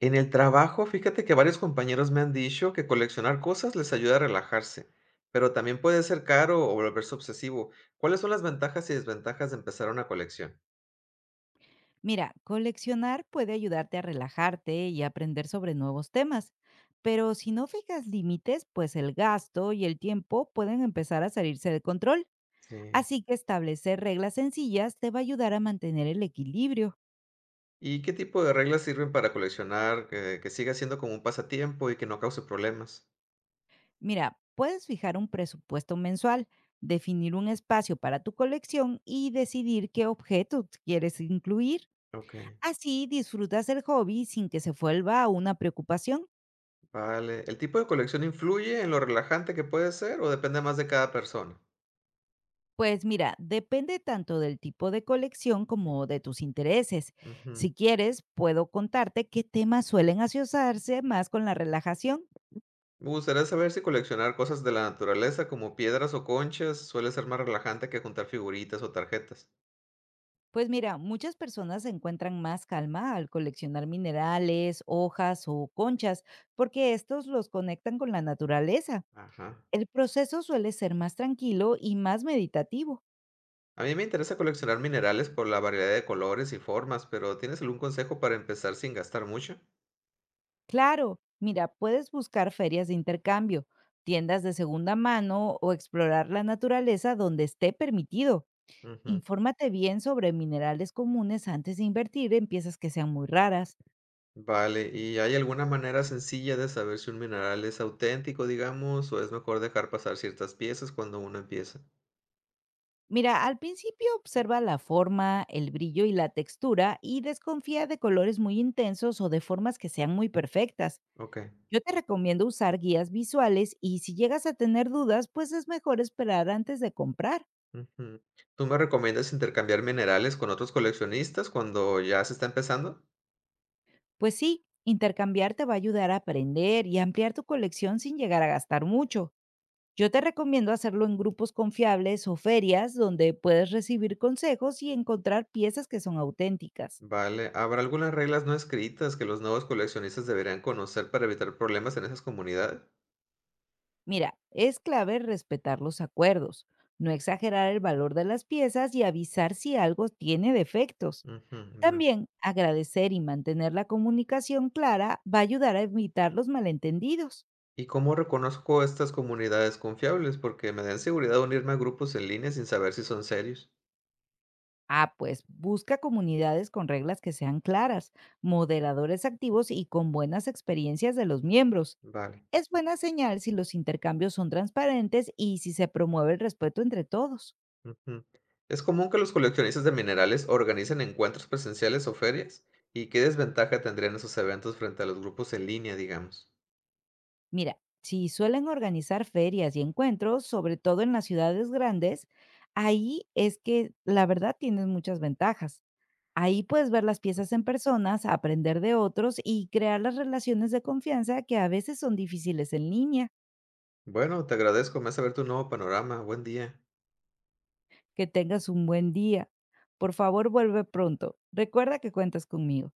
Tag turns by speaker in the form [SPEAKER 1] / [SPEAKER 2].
[SPEAKER 1] En el trabajo, fíjate que varios compañeros me han dicho que coleccionar cosas les ayuda a relajarse, pero también puede ser caro o volverse obsesivo. ¿Cuáles son las ventajas y desventajas de empezar una colección?
[SPEAKER 2] Mira, coleccionar puede ayudarte a relajarte y aprender sobre nuevos temas, pero si no fijas límites, pues el gasto y el tiempo pueden empezar a salirse de control.
[SPEAKER 1] Sí.
[SPEAKER 2] Así que establecer reglas sencillas te va a ayudar a mantener el equilibrio.
[SPEAKER 1] ¿Y qué tipo de reglas sirven para coleccionar que siga siendo como un pasatiempo y que no cause problemas?
[SPEAKER 2] Mira, puedes fijar un presupuesto mensual, definir un espacio para tu colección y decidir qué objetos quieres incluir.
[SPEAKER 1] Ok.
[SPEAKER 2] Así disfrutas el hobby sin que se vuelva una preocupación.
[SPEAKER 1] Vale, ¿el tipo de colección influye en lo relajante que puede ser o depende más de cada persona?
[SPEAKER 2] Pues mira, depende tanto del tipo de colección como de tus intereses.
[SPEAKER 1] Ujú.
[SPEAKER 2] Si quieres, puedo contarte qué temas suelen asociarse más con la relajación.
[SPEAKER 1] Me gustaría saber si coleccionar cosas de la naturaleza como piedras o conchas suele ser más relajante que juntar figuritas o tarjetas.
[SPEAKER 2] Pues mira, muchas personas encuentran más calma al coleccionar minerales, hojas o conchas, porque estos los conectan con la naturaleza.
[SPEAKER 1] Ajá.
[SPEAKER 2] El proceso suele ser más tranquilo y más meditativo.
[SPEAKER 1] A mí me interesa coleccionar minerales por la variedad de colores y formas, pero ¿tienes algún consejo para empezar sin gastar mucho?
[SPEAKER 2] Claro, mira, puedes buscar ferias de intercambio, tiendas de segunda mano o explorar la naturaleza donde esté permitido.
[SPEAKER 1] Ujú.
[SPEAKER 2] Infórmate bien sobre minerales comunes antes de invertir en piezas que sean muy raras.
[SPEAKER 1] Vale, ¿y hay alguna manera sencilla de saber si un mineral es auténtico, digamos, o es mejor dejar pasar ciertas piezas cuando uno empieza?
[SPEAKER 2] Mira, al principio observa la forma, el brillo y la textura y desconfía de colores muy intensos o de formas que sean muy perfectas.
[SPEAKER 1] Ok.
[SPEAKER 2] Yo te recomiendo usar guías visuales y si llegas a tener dudas, pues es mejor esperar antes de comprar.
[SPEAKER 1] Ujú. ¿Tú me recomiendas intercambiar minerales con otros coleccionistas cuando ya se está empezando?
[SPEAKER 2] Pues sí, intercambiar te va a ayudar a aprender y ampliar tu colección sin llegar a gastar mucho. Yo te recomiendo hacerlo en grupos confiables o ferias donde puedes recibir consejos y encontrar piezas que son auténticas.
[SPEAKER 1] Vale, ¿habrá algunas reglas no escritas que los nuevos coleccionistas deberían conocer para evitar problemas en esas comunidades?
[SPEAKER 2] Mira, es clave respetar los acuerdos, no exagerar el valor de las piezas y avisar si algo tiene defectos.
[SPEAKER 1] Ujú, ya.
[SPEAKER 2] También agradecer y mantener la comunicación clara va a ayudar a evitar los malentendidos.
[SPEAKER 1] ¿Y cómo reconozco estas comunidades confiables? Porque me dan seguridad unirme a grupos en línea sin saber si son serios.
[SPEAKER 2] Ah, pues busca comunidades con reglas que sean claras, moderadores activos y con buenas experiencias de los miembros.
[SPEAKER 1] Vale.
[SPEAKER 2] Es buena señal si los intercambios son transparentes y si se promueve el respeto entre todos.
[SPEAKER 1] Ujú. ¿Es común que los coleccionistas de minerales organicen encuentros presenciales o ferias? ¿Y qué desventaja tendrían esos eventos frente a los grupos en línea, digamos?
[SPEAKER 2] Mira, si suelen organizar ferias y encuentros, sobre todo en las ciudades grandes, ahí es que la verdad tienes muchas ventajas. Ahí puedes ver las piezas en personas, aprender de otros y crear las relaciones de confianza que a veces son difíciles en línea.
[SPEAKER 1] Bueno, te agradezco, me hace ver tu nuevo panorama. Buen día.
[SPEAKER 2] Que tengas un buen día. Por favor, vuelve pronto. Recuerda que cuentas conmigo.